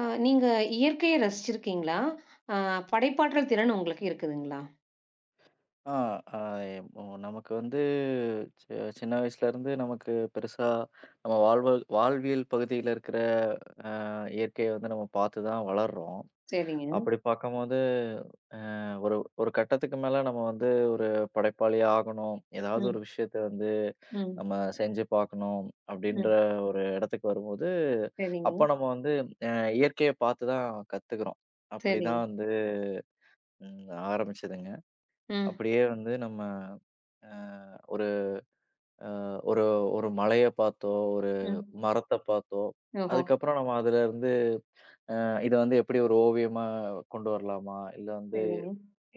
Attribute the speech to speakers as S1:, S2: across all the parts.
S1: நீங்க இயற்கைய ரசிச்சிருக்கீங்களா? அ படைப்பாற்றல் திறன் உங்களுக்கு இருக்குதுங்களா?
S2: ஆ, ஆ, இப்போ நமக்கு வந்து சி சின்ன வயசுலருந்து நமக்கு பெருசா நம்ம வாழ்வியல் பகுதியில இருக்கிற இயற்கைய வந்து நம்ம பார்த்து தான் வளர்றோம்.
S1: சரிங்க.
S2: அப்படி பார்க்கும்போது ஒரு ஒரு கட்டத்துக்கு மேல நம்ம வந்து ஒரு படைப்பாளியா ஆகணும். ஏதாவது
S1: ம்,
S2: ஒரு விஷயத்த வந்து
S1: ம்,
S2: நம்ம செஞ்சு பார்க்கணும் அப்படின்ற
S1: ம்.
S2: ஒரு இடத்துக்கு வரும்போது,
S1: சரிங்க,
S2: அப்ப நம்ம வந்து அ இயற்கைய பார்த்து தான் கத்துக்கிறோம்.
S1: சரிங்க.
S2: அப்படிதான் வந்து ம் ஆரம்பிச்சதுங்க.
S1: ம்,
S2: அப்படியே வந்து நம்ம அ ஒரு அ ஒரு ஒரு மலைய பார்த்தோ, ஒரு
S1: ம்.
S2: மரத்த பார்த்தோ,
S1: ஓஹோ!
S2: அதுக்கப்புறம் நம்ம அதுலருந்து இத வந்து எப்படி ஒரு ஓவியமா கொண்டு வரலாமா? இல்ல வந்து
S1: சரிங்க.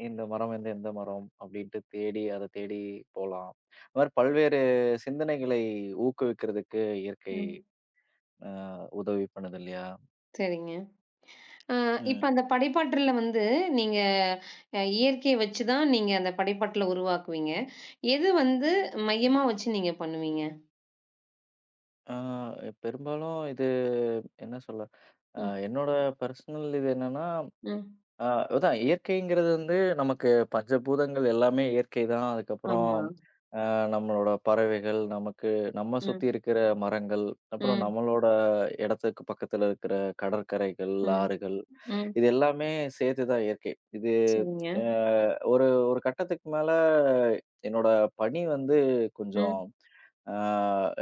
S2: இந்த மரம் வந்து எந்த மரம்? அப்படின்ட்டு தேடி அத தேடி போலாம். அது மாரி பல்வேறு சிந்தனைகளை ஊக்குவிக்கிறதுக்கு இயற்கை
S1: ம்.
S2: அ உதவி பண்ணுது இல்லையா?
S1: சரிங்க. அ இப்ப
S2: ம்.
S1: அந்த படைப்பாற்றல்ல வந்து நீங்க இயற்கைய வச்சு தான் நீங்க அந்த படைப்பாற்றல உருவாக்குவீங்க. எது வந்து
S2: ம்.
S1: மையமா வச்சு நீங்க பண்ணுவீங்க?
S2: ஆ பெரும்பாலும் இது என்ன சொல்ல? அ
S1: ம்,
S2: என்னோட பெர்சனல் இது என்னன்னா
S1: ம்.
S2: ஆ அதான் இயற்கைங்கிறது வந்து நமக்கு பஞ்சபூதங்கள் எல்லாமே இயற்கை தான். அதுக்கப்புறம்
S1: ஆமா.
S2: அ நம்மளோட பறவைகள், நமக்கு நம்ம சுத்தி
S1: ம்,
S2: இருக்கிற மரங்கள், அப்புறம்
S1: ம்,
S2: நம்மளோட இடத்துக்கு பக்கத்துல இருக்கிற கடற்கரைகள்,
S1: ம்,
S2: ஆறுகள்,
S1: ம்.
S2: இது எல்லாமே சேர்த்து தான் இயற்கை. இது
S1: சரிங்க.
S2: அ ஒரு ஒரு கட்டத்துக்கு மேல என்னோட பணி வந்து கொஞ்சம்
S1: ம்.
S2: அ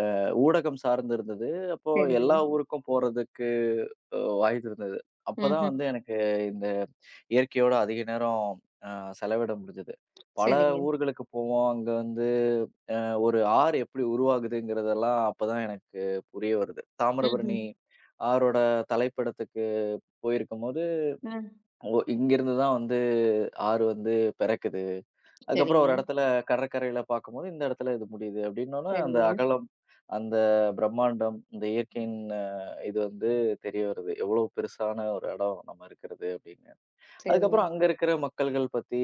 S2: அ ஊடகம் சார்ந்து இருந்தது. அப்போ
S1: சரிங்க.
S2: எல்லா ஊருக்கும் போறதுக்கு வாய்ப்பு இருந்தது. அப்பதான்
S1: ம்ஹ்ம்.
S2: வந்து எனக்கு இந்த இயற்கையோட அதிக நேரம் அ செலவிட முடிஞ்சது. பல
S1: சரிங்க.
S2: ஊர்களுக்கு போவோம். அங்க வந்து ஒரு ஆறு எப்படி உருவாகுதுங்கிறதெல்லாம் அப்பதான் எனக்கு புரிய வருது.
S1: ம்ஹ்ம்.
S2: தாமிரபரணி ஆறோட தலைப்படத்துக்கு போயிருக்கும்போது,
S1: ம்.
S2: ஓ இங்கிருந்து தான் வந்து ஆறு வந்து பெறக்குது. அதுக்கப்புறம்
S1: சரிங்க,
S2: ஒரு இடத்துல கடற்கரையில பார்க்கும்போது, இந்த இடத்துல இது முடியுது அப்படின்னோன, அந்த
S1: சரிங்க,
S2: அகலம், அந்த பிரம்மாண்டம், இந்த இயற்கையின் இது வந்து தெரிய வருது. எவ்வளோ பெருசான ஒரு இடம் நம்ம இருக்கிறது அப்படின்னு.
S1: சரிங்க.
S2: அதுக்கப்புறம் அங்க இருக்கிற மக்கள்கள் பத்தி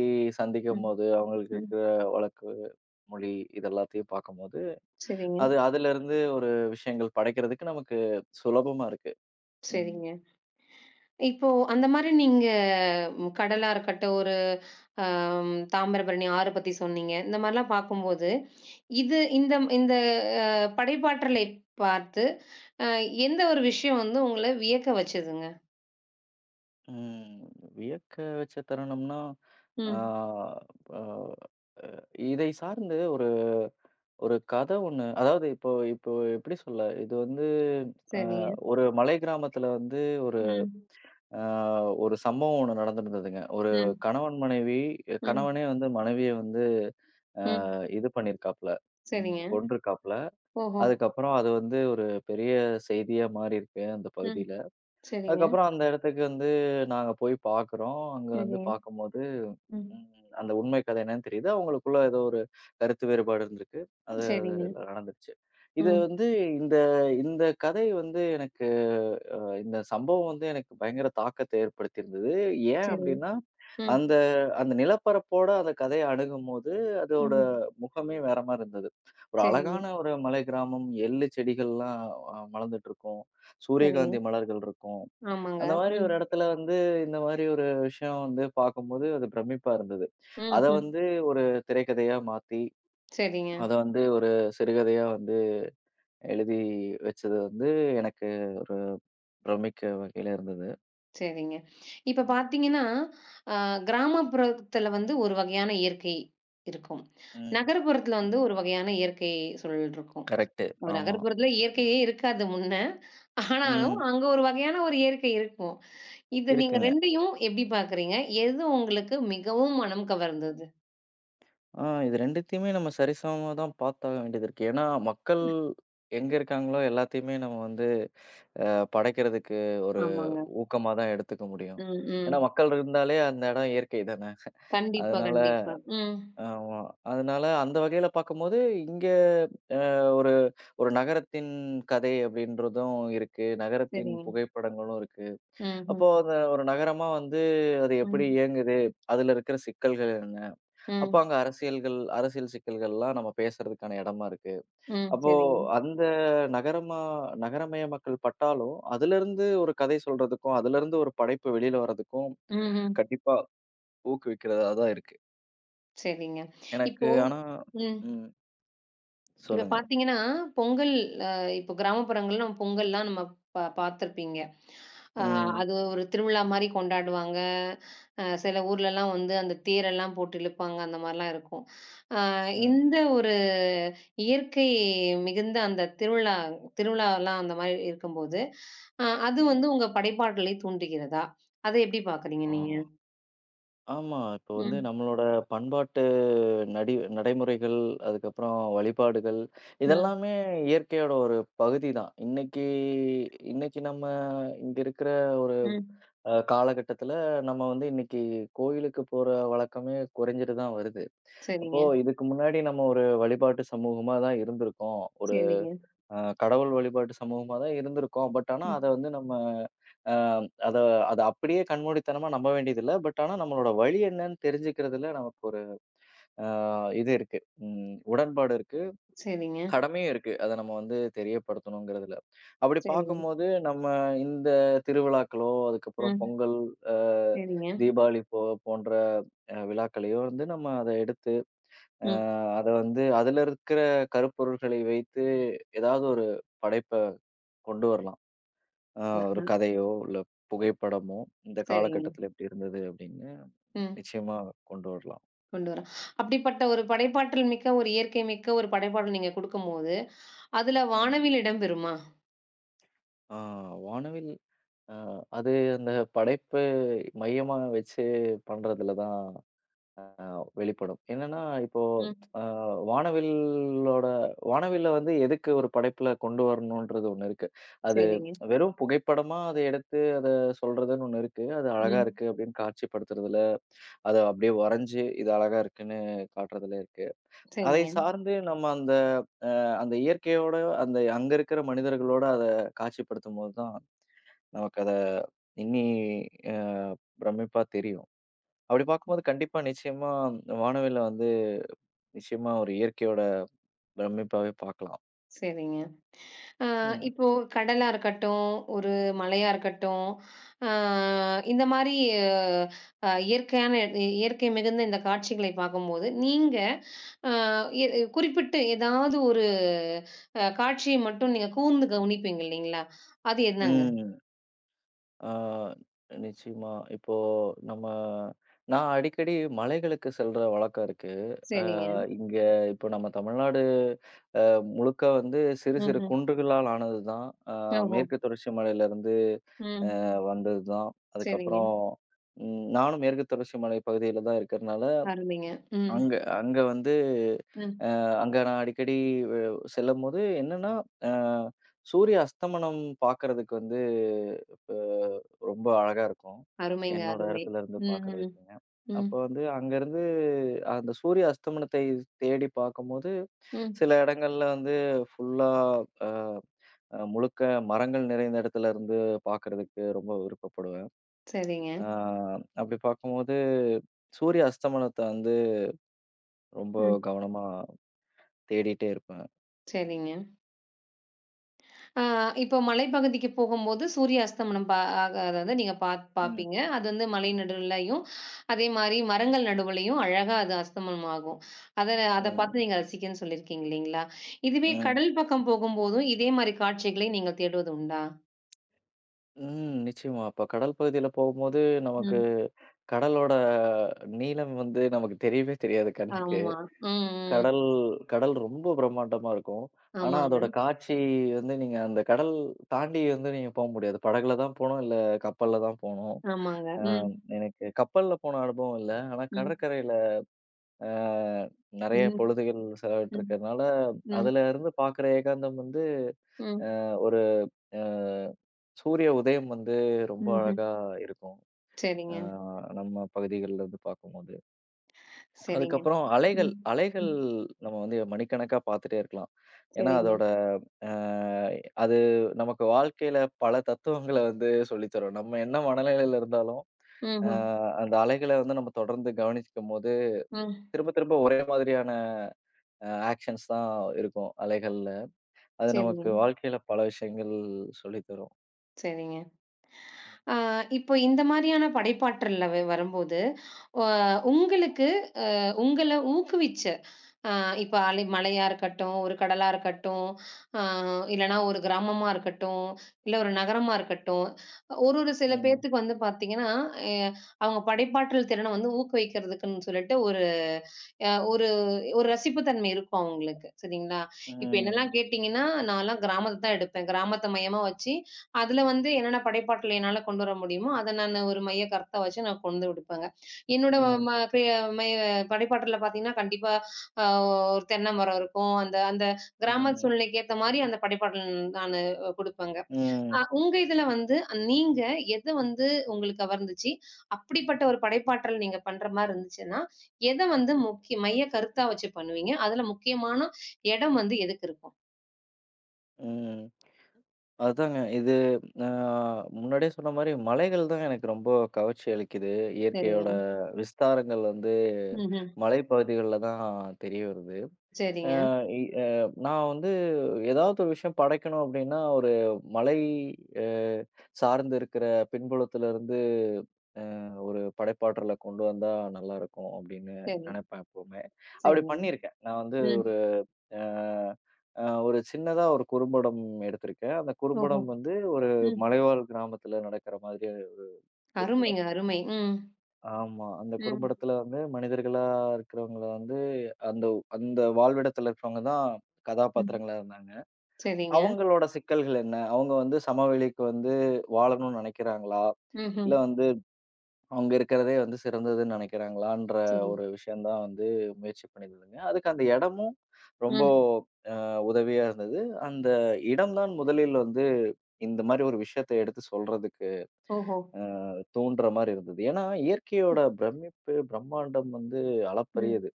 S1: ம்,
S2: சந்திக்கும்போது, அவங்களுக்கு
S1: ம்.
S2: இருக்கிற வழக்கு, மொழி இது எல்லாத்தையும் பார்க்கும்போது,
S1: சரிங்க,
S2: அது அதிலருந்து ஒரு விஷயங்கள் படைக்கிறதுக்கு நமக்கு சுலபமா இருக்கு. ம்.
S1: சரிங்க. இப்போ அந்த மாரி நீங்க கடலா இருக்கட்டும், ஒரு தாமிரபரணி ஆறு பத்தி சொன்னீங்க. இந்த மாரிலாம் பார்க்கும்போது, இது இந்த இந்த அ படைப்பாற்றலை பார்த்து, அ எந்த ஒரு விஷயம் வந்து உங்கள வியக்க வச்சதுங்க?
S2: ம். வியக்க வச்ச தருணம்னா, ஆ
S1: ம்.
S2: அ இதை சார்ந்து ஒரு ஒரு கதை ஒண்ணு அதாவது இப்போ இப்போ எப்படி சொல்ல? இது வந்து அ
S1: சரிங்க.
S2: ஒரு மலை கிராமத்தில வந்து ஒரு
S1: ம்,
S2: அ ஒரு சம்பவம் ஒண்ணு நடந்திருந்ததுங்க. ஒரு
S1: ம்,
S2: கணவன், மனைவி,
S1: ம்,
S2: கணவனே வந்து மனைவிய வந்து
S1: ம்.
S2: இது பண்ணியிருக்காப்ல. ம்.
S1: சரிங்க.
S2: கொன்றுக்காப்ல.
S1: ஓஹோ!
S2: அதுக்கப்புறம் அது வந்து ஒரு பெரிய செய்தியா மாறியிருக்கு அந்த
S1: ம்.
S2: பகுதியில.
S1: சரிங்க,
S2: அதுக்கப்புறம் அந்த இடத்துக்கு வந்து நாங்க போய் பார்க்குறோம். அங்க வந்து
S1: சரிங்க.
S2: பார்க்கும்போது,
S1: ம்.
S2: ம் அந்த உண்மை கதை என்னன்னு தெரியுது. அவங்களுக்குள்ள ஏதோ ஒரு கருத்து வேறுபாடு இருந்திருக்கு. அது
S1: சரிங்க.
S2: அதுல நடந்துருச்சு. இது
S1: ம்.
S2: வந்து இந்த இந்த கதை வந்து எனக்கு இந்த சம்பவம் வந்து எனக்கு பயங்கர தாக்கத்த ஏற்படுத்தியிருந்தது. ஏன்
S1: சரிங்க.
S2: அப்டின்னா
S1: ம்,
S2: அந்த அந்த நிலப்பரப்போட அந்த கதைய அணுகும்போது, அதோட
S1: ம்.
S2: முகமே வேற மாரி இருந்தது. ஒரு
S1: சரிங்க,
S2: அழகான ஒரு மலை கிராமம், எள்ளு செடிகள்லாம் மலர்ந்துட்டுருக்கும்.
S1: சரிங்க.
S2: சூரியகாந்தி மலர்கள் இருக்கும்.
S1: ஆமாங்க.
S2: அந்த மாரி
S1: ம்,
S2: ஒரு இடத்துல வந்து, இந்த மாரி ஒரு விஷயம் வந்து பார்க்கும்போது, அது பிரமிப்பா இருந்தது.
S1: ம்,
S2: அத
S1: ம்.
S2: வந்து ஒரு திரைக்கதையா மாத்தி,
S1: சரிங்க,
S2: அத வந்து ஒரு சிறுகதையா வந்து எழுதி வச்சது வந்து, எனக்கு ஒரு பிரமிக்க வகையில இருந்தது.
S1: சரிங்க. இப்ப
S2: ம்,
S1: பார்த்தீங்கன்னா, அ கிராமப்புறத்துல வந்து ஒரு வகையான இயற்கை இருக்கும்.
S2: ம்,
S1: நகர்ப்புறத்துல
S2: ம்.
S1: வந்து ஒரு வகையான இயற்கை சூழல் இருக்கும்.
S2: கரெக்ட்டு.
S1: ஒரு
S2: ஆமா.
S1: நகர்ப்புறத்துல
S2: ம்,
S1: இயற்கையே இருக்காது முன்ன. ஆனாலும்
S2: ம்.
S1: அங்க ஒரு வகையான ஒரு இயற்கை இருக்கும். இத நீங்க
S2: இருக்குங்க.
S1: 2யும் எப்படி பார்க்குறீங்க? எது உங்களுக்கு மிகவும் மனம் கவர்ந்தது?
S2: ஆ இது 2த்தையுமே நம்ம சரிசமமா தான் பார்த்தாக வேண்டியது இருக்கு. ஏன்னா, மக்கள் எங்க இருக்காங்களோ எல்லாத்தையுமே நம்ம வந்து படைக்கிறதுக்கு ஒரு
S1: ஆமாங்க.
S2: ஊக்கமா தான் எடுத்துக்க முடியும்.
S1: ம்,
S2: ஏன்னா,
S1: ம்.
S2: மக்கள் இருந்தாலே அந்த இடம் இயற்கை தானே.
S1: கண்டிப்பா,
S2: அதனால
S1: கண்டிப்பா. ம்.
S2: ஆமா. அதனால அந்த வகையில பார்க்கும்போது, இங்க ஒரு ஒரு நகரத்தின் கதை அப்படின்றதும் இருக்கு. நகரத்தின்
S1: சரிங்க.
S2: புகைப்படங்களும் இருக்கு.
S1: ம்,
S2: அப்போ
S1: ம்.
S2: அந்த ஒரு நகரமா வந்து அது எப்படி
S1: ம்.
S2: இயங்குது? அதுல இருக்கிற சிக்கல்கள் என்ன? அப்ப
S1: ம்,
S2: அங்க அரசியல் சிக்கல்கள்லாம் நம்ம பேசுறதுக்கான இடமா இருக்கு.
S1: ம்.
S2: அப்போ
S1: சரிங்க.
S2: அந்த நகரமா நகரமய மக்கள் பட்டாலும், அதிலருந்து ஒரு கதை சொல்றதுக்கும், அதிலருந்து ஒரு படைப்பு வெளியில வர்றதுக்கும்
S1: ம்ஹ்ம்.
S2: கண்டிப்பா ஊக்குவிக்கிறதா தான் இருக்கு.
S1: சரிங்க.
S2: எனக்கு
S1: இப்போ
S2: ஆனா
S1: ம்.
S2: ம்.
S1: இப்ப
S2: சொல்லுங்க.
S1: பார்த்தீங்கன்னா, பொங்கல் அ இப்போ கிராமப்புறங்கள்ல நம்ம பொங்கல்லாம் நம்ம பார்த்துருப்பீங்க. அ
S2: ம்.
S1: அது ஒரு திருவிழா மாரி கொண்டாடுவாங்க. சில ஊர்லலாம் வந்து அந்த தேரெல்லாம் போட்டு இழுப்பாங்க. அந்த மாரிலாம் இருக்கும். அ
S2: ம்.
S1: இந்த ஒரு இயற்கை மிகுந்த அந்த திருவிழாலாம் அந்த மாரி இருக்கும்போது, அ அது
S2: ம்.
S1: வந்து உங்க படைப்பாற்றலை தூண்டுகிறதா? அத எப்படி பார்க்குறீங்க நீங்க?
S2: ஆமா. ஆமா. இப்போ வந்து
S1: ம்,
S2: நம்மளோட பண்பாட்டு நடி நடைமுறைகள், அதுக்கப்புறம் வழிபாடுகள்
S1: ம்,
S2: இதெல்லாமே இயற்கையோட ஒரு பகுதி தான். இன்னைக்கு இன்னைக்கு நம்ம இங்க இருக்கிற ஒரு
S1: ம்.
S2: காலகட்டத்தில நம்ம வந்து இன்னைக்கு கோயிலுக்கு போற வழக்கமே குறைஞ்சுட்டு தான் வருது. அப்போ
S1: சரிங்க,
S2: இதுக்கு முன்னாடி நம்ம ஒரு வழிபாட்டு சமூகமா தான் இருந்திருக்கோம். ஒரு
S1: சரிங்க.
S2: கடவுள் வழிபாட்டு சமூகமா தான் இருந்திருக்கோம். பட் ஆனா
S1: ம்.
S2: அத வந்து நம்ம அ அத அத அப்படியே கண்மூடித்தனமா நம்ப வேண்டியதில்ல. பட் ஆனா நம்மளோட வழி என்னன்னு தெரிஞ்சுக்கிறதுல நமக்கு ஒரு அ இது இருக்கு. ம் உடன்பாடு இருக்கு.
S1: சரிங்க,
S2: கடமையும் இருக்கு. அத நம்ம வந்து தெரியப்படுத்தணுங்கிறதுல. அப்படி
S1: சரிங்க.
S2: பார்க்கும்போது நம்ம இந்த திருவிழாக்களோ, அதுக்கப்புறம்
S1: ம்.
S2: பொங்கல், அ
S1: சரிங்க.
S2: தீபாவளி போன்ற விழாக்களையோ வந்து நம்ம அத எடுத்து, அ
S1: ம்.
S2: அத வந்து அதுல இருக்கிற கருப்பொருள்களை வைத்து ஏதாவது ஒரு படைப்ப கொண்டு வரலாம். அ
S1: அ,
S2: ஒரு
S1: அ.
S2: கதையோ, இல்ல புகைப்படமோ, இந்த
S1: சரிங்க.
S2: காலகட்டத்தில இப்படி இருந்தது அப்படின்னு
S1: ம்.
S2: நிச்சயமா கொண்டு வரலாம்.
S1: கொண்டு வரேன். அப்படிப்பட்ட ஒரு படைப்பாற்றல் மிக்க, ஒரு இயற்கை மிக்க ஒரு படைப்பாற்றல் நீங்க குடுக்கும்போது, அதுல
S2: ம்.
S1: வானவில் இடம்பெறுமா?
S2: ஆ வானவில் அ அது அந்த படைப்பு மையமா வச்சு பண்றதுல தான் ஆ வெளிப்படும். என்னன்னா, இப்போ
S1: ம்.
S2: அ வானவில்லோட வானவில்ல வந்து எதுக்கு ஒரு படைப்புல கொண்டு வரணுன்றது ஒண்ணு இருக்கு. அது
S1: சரிங்க.
S2: வெறும் புகைப்படமா அத எடுத்து அத சொல்றதுன்னு ஒண்ணு இருக்கு. அது அழகா
S1: ம்.
S2: இருக்கு அப்படின்னு காட்சிப்படுத்துறதுல, அத அப்படியே வரைஞ்சு இது அழகா இருக்குன்னு காட்டுறதுல இருக்கு. அதை
S1: சரிங்க,
S2: சார்ந்து நம்ம அ அந்த இயற்கையோட அந்த அங்க இருக்கிற மனிதர்களோட அத காட்சிப்படுத்தும்போது தான் நமக்கு அத இன்னி அ பிரமிப்பா தெரியும். அப்படி பார்க்கும்போது கண்டிப்பா நிச்சயமா வானவில்ல வந்து நிச்சயமா ஒரு இயற்கையோட பிரமிப்பாவே பார்க்கலாம்.
S1: சரிங்க. அ
S2: ம்,
S1: இப்போ கடலா இருக்கட்டும், ஒரு மலையா இருக்கட்டும், அ இந்த மாரி அ இயற்கையான இயற்கை மிகுந்த இந்த காட்சிகளை பார்க்கும்போது, நீங்க அ எ குறிப்பிட்டு ஏதாவது ஒரு காட்சிய மட்டும் நீங்க கூர்ந்து கவனிப்பீங்க இல்லீங்களா? அது என்னங்க?
S2: ம். ஆ நிச்சயமா. இப்போ நம்ம நான் அடிக்கடி மலைகளுக்கு செல்ற வழக்கம் இருக்கு.
S1: சரிங்க.
S2: இங்க இப்போ நம்ம தமிழ்நாடு அ முழுக்க வந்து சிறு சிறு
S1: ம்ஹ்ம்.
S2: குன்றுகளால் ஆனது தான். அ
S1: ஓஹோ!
S2: மேற்கு தொடர்ச்சி மலையிலருந்து
S1: ம்.
S2: வந்தது தான்.
S1: சரிங்க.
S2: அதுக்கப்புறம் ம் நானும் மேற்கு தொடர்ச்சி மலை பகுதியில தான் இருக்கிறனால,
S1: அருமைங்க. ம்,
S2: அங்க அங்க வந்து
S1: ம்.
S2: அ அங்க நான் அடிக்கடி வெ செல்லும்போது என்னன்னா, அ சூரிய அஸ்தமனம் பார்க்கறதுக்கு வந்து இப்ப ரொம்ப அழகா இருக்கும்.
S1: அருமைங்க,
S2: என்னோட
S1: அருமை.
S2: இடத்துல இருந்து
S1: ம், ம்,
S2: பார்க்கறதுக்குங்க.
S1: ம்,
S2: அப்போ வந்து அங்கருந்து அந்த சூரிய அஸ்தமனத்தை தேடி பார்க்கும்போது,
S1: ம்.
S2: சில இடங்கள்ல வந்து ஃபுல்லா அ அ முழுக்க மரங்கள் நிறைந்த இடத்துல இருந்து பார்க்கறதுக்கு ரொம்ப விருப்பப்படுவேன்.
S1: சரிங்க.
S2: அ அப்படி பார்க்கும்போது, சூரிய அஸ்தமனத்த வந்து ரொம்ப
S1: ம்.
S2: கவனமா தேடிட்டே இருப்பேன். ம்,
S1: சரிங்க. ஆ இப்போ மலைப்பகுதிக்கு போகும்போது சூரிய அஸ்தமனம் ஆகாத வந்து நீங்க
S2: ம்,
S1: பார்ப்பீங்க. அது வந்து மலை நடுவுலயும், அதேமாரி மரங்கள் நடுவுலயும் அழகா அது அஸ்தமனம் ஆகும். அத அத
S2: ம்,
S1: பார்த்து நீங்க ரசிக்கன்னு சொல்லியிருக்கீங்க இல்லீங்களா? இதுவே
S2: ம்,
S1: கடல் பக்கம் போகும்போதும் இதே மாரி காட்சிகளை நீங்க தேடுவது உண்டா?
S2: ம். நிச்சயமா. அப்ப கடல் பகுதியில போகும்போது நமக்கு
S1: ம்.
S2: கடலோட நீளம் வந்து நமக்கு தெரியவே தெரியாது கண்ணுக்கு.
S1: ஆமா. ம், ம்.
S2: கடல் கடல் ரொம்ப பிரம்மாண்டமா இருக்கும். ஆனா
S1: ஆமாங்க,
S2: அதோட காட்சி வந்து நீங்க அந்த கடல் தாண்டி வந்து நீங்க போ முடியாது. படகுல தான் போணும், இல்ல கப்பல்ல தான் போணும்.
S1: ஆமாங்க.
S2: அ
S1: ம்,
S2: எனக்கு கப்பல்ல போன அனுபவம் இல்ல. ஆனா
S1: ம்,
S2: கடற்கரையில அ நெறைய
S1: ம்,
S2: பொழுதுகள்
S1: ம்,
S2: செலவிட்டுருக்கிறதுனால,
S1: ம்,
S2: அதுல இருந்து பார்க்குற ஏகாந்தம் வந்து
S1: ம்,
S2: ஒரு அ சூரிய உதயம் வந்து ரொம்ப
S1: ம்ஹ்ம்.
S2: அழகா இருக்கும். அ
S1: சரிங்க,
S2: நம்ம பகுதிகள்ல இருந்து பார்க்கும்போது.
S1: சரிங்க.
S2: அதுக்கப்புறம் அலைகள்
S1: ம்,
S2: அலைகள்
S1: ம்.
S2: நம்ம வந்து மணிக்கணக்கா பார்த்துட்டே இருக்கலாம். ஏன்னா
S1: சரிங்க.
S2: அதோட அ அது நமக்கு வாழ்க்கையில பல தத்துவங்கள வந்து சொல்லி தரும். நம்ம என்ன மனநிலையில இருந்தாலும், அ
S1: ம்ஹ்ம்.
S2: அந்த அலைகள வந்து நம்ம தொடர்ந்து கவனிக்கும்போது,
S1: ம்.
S2: திரும்ப திரும்ப ஒரே மாதிரியான ஆக்ஷன்ஸ் தான் இருக்கும் அலைகள்ல. அது
S1: சரிங்க,
S2: நமக்கு வாழ்க்கையில பல விஷயங்கள் சொல்லி தரும்.
S1: சரிங்க. ஆ இப்போ இந்த மாரியான படைப்பாற்றல்ல வரும்போது, அ உங்களுக்கு உங்கள ஊக்குவிச்ச, அ இப்ப மலையா இருக்கட்டும், ஒரு கடலா இருக்கட்டும், அ இல்லன்னா ஒரு கிராமமா இருக்கட்டும், இல்ல ஒரு நகரமா இருக்கட்டும், ஒரு ஒரு சில
S2: ம்.
S1: பேத்துக்கு வந்து பார்த்தீங்கன்னா, எ அவங்க படைப்பாற்றல் திறன வந்து ஊக்குவிக்கிறதுக்குன்னு சொல்லிட்டு ஒரு அ ஒரு ஒரு ரசிப்பு தன்மை இருக்கும் அவங்களுக்கு. சரிங்களா? இப்ப என்னலாம்
S2: ம்.
S1: கேட்டீங்கன்னா, நான்லாம் கிராமத்த தான் எடுப்பேன். கிராமத்த மையமா வச்சு, அதுல வந்து என்னென்ன படைப்பாற்றல் என்னால கொண்டு வர முடியுமோ, அத நானு ஒரு மைய கருத்தா வச்சு நான் கொண்டு விடுப்பேங்க. என்னோட
S2: ம்.
S1: ம பெ மை படைப்பாற்றல்ல பார்த்தீங்கன்னா, கண்டிப்பா அ ஒரு தென்னை மரம் இருக்கும். அந்த அந்த கிராம
S2: ம்.
S1: சூழ்நிலைக்கு ஏத்த மாரி அந்த படைப்பாற்றல் நானு குடுப்பேங்க.
S2: ம்.
S1: உங்க இதுல வந்து நீங்க எத வந்து உங்களுக்கு கவர்ந்துச்சு? அப்படிப்பட்ட ஒரு படைப்பாற்றல் நீங்க பண்ற மாரி இருந்துச்சுன்னா, எத வந்து முக்கிய மைய கருத்தா வச்சு பண்ணுவீங்க? அதுல முக்கியமான இடம் வந்து எதுக்கு இருக்கும்?
S2: ம். அதாங்க. இது அ முன்னாடியே சொன்ன மாரி மலைகள் தான் எனக்கு ரொம்ப கவர்ச்சி அளிக்குது. இயற்கையோட
S1: சரிங்க.
S2: விஸ்தாரங்கள் வந்து
S1: ம்ஹ்ம்.
S2: மலைப்பகுதிகள்ல தான் தெரிய வருது.
S1: சரிங்க.
S2: அ இ அ நான் வந்து ஏதாவது ஒரு விஷயம் படைக்கணும் அப்டின்னா, ஒரு மலை அ சார்ந்து இருக்கிற பின்புலத்திலருந்து ஒரு படைப்பாற்றல கொண்டு வந்தா நல்லாருக்கும் அப்டின்னு
S1: சரி.
S2: நெனைப்பேன் எப்பவுமே. அப்டி
S1: சரிங்க.
S2: பண்ணியிருக்கேன். நான் வந்து
S1: ம்.
S2: ஒரு அ அ ஒரு சின்னதா ஒரு குறும்படம் எடுத்திருக்கேன். அந்த
S1: ஓஹோ!
S2: குறும்படம் வந்து ஒரு
S1: ம்.
S2: மலைவாழ் கிராமத்துல நடக்கிற மாதிரி
S1: அருமைங்க,
S2: குறும்படம்.
S1: அருமை. ம்.
S2: ஆமா. அந்த
S1: ம்.
S2: குறும்படத்துல வந்து மனிதர்களா இருக்கிறவங்கள வந்து அந்த அந்த வாழ்விடத்துல இருக்கிறவங்க தான்
S1: ம்.
S2: கதாபாத்திரங்களா இருந்தாங்க.
S1: சரிங்க.
S2: அவங்களோட சிக்கல்கள் என்ன? அவங்க வந்து சமவெளிக்கு வந்து வாழணும்னு நினைக்கிறாங்களா?
S1: ம்ஹ்ம்.
S2: இல்ல வந்து அவங்க இருக்கிறதே வந்து சிறந்ததுன்னு நினைக்கிறாங்களான்ற
S1: சரி.
S2: ஒரு விஷயம் தான் வந்து முயற்சி பண்ணியிருந்தேங்க. அதுக்கு அந்த இடமும் ரொம்ப
S1: ம்.
S2: உதவியா இருந்தது. அந்த இடம் தான் முதலில் வந்து இந்த மாரி ஒரு விஷயத்த எடுத்து சொல்றதுக்கு
S1: ஓஹோ!
S2: தூண்டுற மாரி இருந்தது. ஏன்னா, இயற்கையோட
S1: ம்,
S2: பிரமிப்பு, பிரம்மாண்டம் வந்து
S1: ம்.
S2: அளப்பரியது.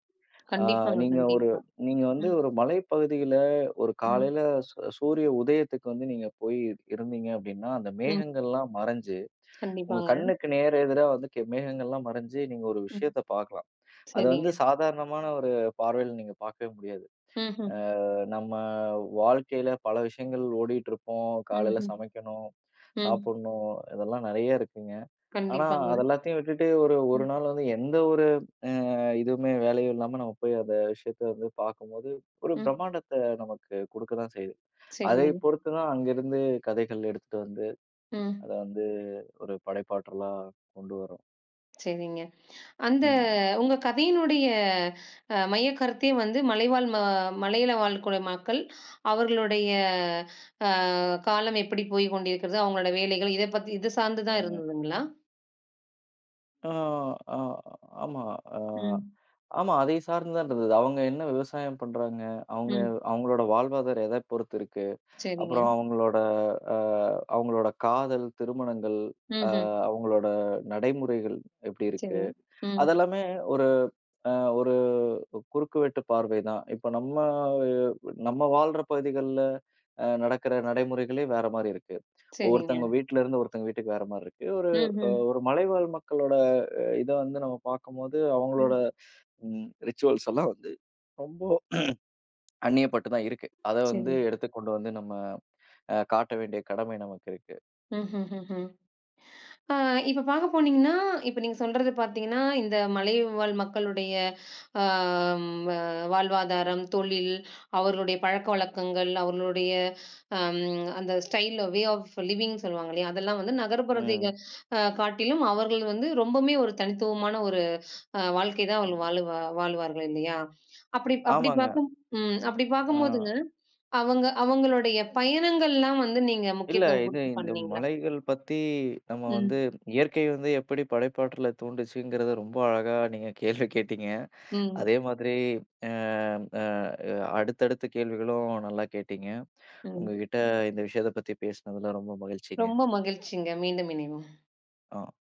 S2: ஆ
S1: கண்டிப்பாங்க,
S2: நீங்க ஒரு
S1: கண்டிப்பா.
S2: நீங்க வந்து
S1: ம்.
S2: ஒரு மலைப்பகுதியில ஒரு
S1: ம்.
S2: காலையில சூரிய உதயத்துக்கு வந்து நீங்க போய் இருந்தீங்க அப்டின்னா, அந்த
S1: ம்.
S2: மேகங்கள்லாம் மறைஞ்சு, உங்க
S1: கண்டிப்பாங்க.
S2: கண்ணுக்கு நேர் எதிரா வந்து மேகங்கள்லாம் மறைஞ்சு, நீங்க ஒரு
S1: ம்.
S2: விஷயத்த பார்க்கலாம். அது வந்து
S1: சரிங்க.
S2: சாதாரணமான ஒரு பார்வையில நீங்க பார்க்கவே முடியாது.
S1: ம்ஹ்ம்.
S2: நம்ம வாழ்க்கையில பல விஷயங்கள் ஓடிட்டு இருப்போம். காலையில
S1: ம்ஹ்ம்.
S2: சமைக்கணும்,
S1: ம்.
S2: சாப்பிடணும் இதெல்லாம் நெறைய இருக்குங்க. ஆனா,
S1: கண்டிப்பாங்க.
S2: அது எல்லாத்தையும் விட்டுட்டு ஒரு 1
S1: ம்.
S2: நாள் வந்து எந்த ஒரு அ இதுவுமே வேலையும் இல்லாம நம்ம போய் அந்த விஷயத்த வந்து பார்க்கும்போது, ஒரு
S1: ம்.
S2: பிரம்மாண்டத்த நமக்கு குடுக்க தான் செய்யுது. அதை
S1: சரிங்க.
S2: பொறுத்து தான் அங்கிருந்து கதைகள் எடுத்துட்டு வந்து,
S1: ம்.
S2: அத வந்து ஒரு படைப்பாற்றலா கொண்டு வரோம்.
S1: சரிங்க. அந்த
S2: ம்,
S1: உங்க கதையினுடைய மையக் கருத்தே வந்து மலைவாழ் ம மலையில வாழக்கூடிய மக்கள், அவர்களுடைய அ காலம் எப்படி போய் கொண்டிருக்கிறது, அவங்களோட வேலைகள் இத பத்தி இது சார்ந்து தான்
S2: ம்.
S1: இருந்ததுங்களா?
S2: ஆ, ஆ, ஆமா. ஆ,
S1: ம்.
S2: ஆமா. அதை சார்ந்து தான் இருந்தது. அவங்க என்ன விவசாயம் பண்றாங்க? அவங்க
S1: ம்.
S2: அவங்களோட வாழ்வாதாரம் எத பொறுத்து இருக்கு?
S1: சரிங்க.
S2: அப்புறம் அவங்களோட அ அவங்களோட காதல், திருமணங்கள், அ
S1: ம்ஹ்ம்.
S2: அவங்களோட நடைமுறைகள் எப்படி இருக்கு?
S1: சரிங்க. ம்.
S2: அதெல்லாமே ஒரு அ ஒரு குறுக்குவெட்டு பார்வை தான். இப்ப நம்ம நம்ம வாழ்ற பகுதிகள்ல நடக்கிற நடைமுறைகளே வேற மாரி இருக்கு.
S1: சரிங்க.
S2: ஒவ்வொருத்தவங்க வீட்ல இருந்து ஒருத்தங்க வீட்டுக்கு வேற மாரி இருக்கு. ஒரு
S1: ம்ஹ்ம்.
S2: ஒரு மலைவாழ் மக்களோட இத வந்து நம்ம பார்க்கும்போது, அவங்களோட
S1: ம்.
S2: ம் ரிச்சுவல்ஸ் எல்லாம் வந்து ரொம்ப அந்நியப்பட்டு தான் இருக்கு. அத வந்து
S1: சரி.
S2: எடுத்து கொண்டு வந்து நம்ம காட்ட வேண்டிய கடமை நமக்கு இருக்கு. ம்,
S1: ம்ஹ்ஹ்ஹ்ம். ஆ இப்ப பாக்க போனீங்கன்னா, இப்ப நீங்க சொல்றது பாத்தீங்கன்னா, இந்த மலைவாழ் மக்களுடைய ஆ வ வாழ்வாதாரம், தொழில், அவர்களுடைய பழக்கவழக்கங்கள், அவர்களுடைய அம் அந்த ஸ்டைல், வே ஆஃப் லிவிங் சொல்லுவாங்க இல்லையா? அதெல்லாம் வந்து நகர்ப்புறத்தை
S2: ம்,
S1: காட்டிலும் அவர்கள் வந்து ரொம்பவுமே ஒரு தனித்துவமான ஒரு வாழ்க்கை தான் அவர்கள்
S2: ம்.
S1: வாழ்வார்கள் இல்லையா? அப்படி அப்படி
S2: ஆமாங்க.
S1: பாக்கும் ம். அப்படி
S2: ஆ
S1: பாக்கும்போதுங்க, அவங்களுடைய பயணங்கள்லாம் வந்து நீங்க
S2: இல்ல
S1: முக்கியத்துவம்
S2: இது
S1: குடுத்து
S2: இந்த
S1: பண்ணீங்களா?
S2: மலைகள் பத்தி நம்ம வந்து
S1: ம்,
S2: இயற்கை வந்து எப்படி படைப்பாற்றல தூண்டுச்சுங்கிறத ரொம்ப அழகா நீங்க கேள்வி கேட்டீங்க.
S1: ம்,
S2: அதே மாதிரி அ அ அடுத்தடுத்த கேள்விகளும் நல்லா கேட்டீங்க.
S1: ம்.
S2: உங்ககிட்ட இந்த விஷயத்த பத்தி பேசினதுல ரொம்ப மகிழ்ச்சிங்க.
S1: ரொம்ப மகிழ்ச்சிங்க. மீண்டும் இணைவோம்.
S2: ஆ.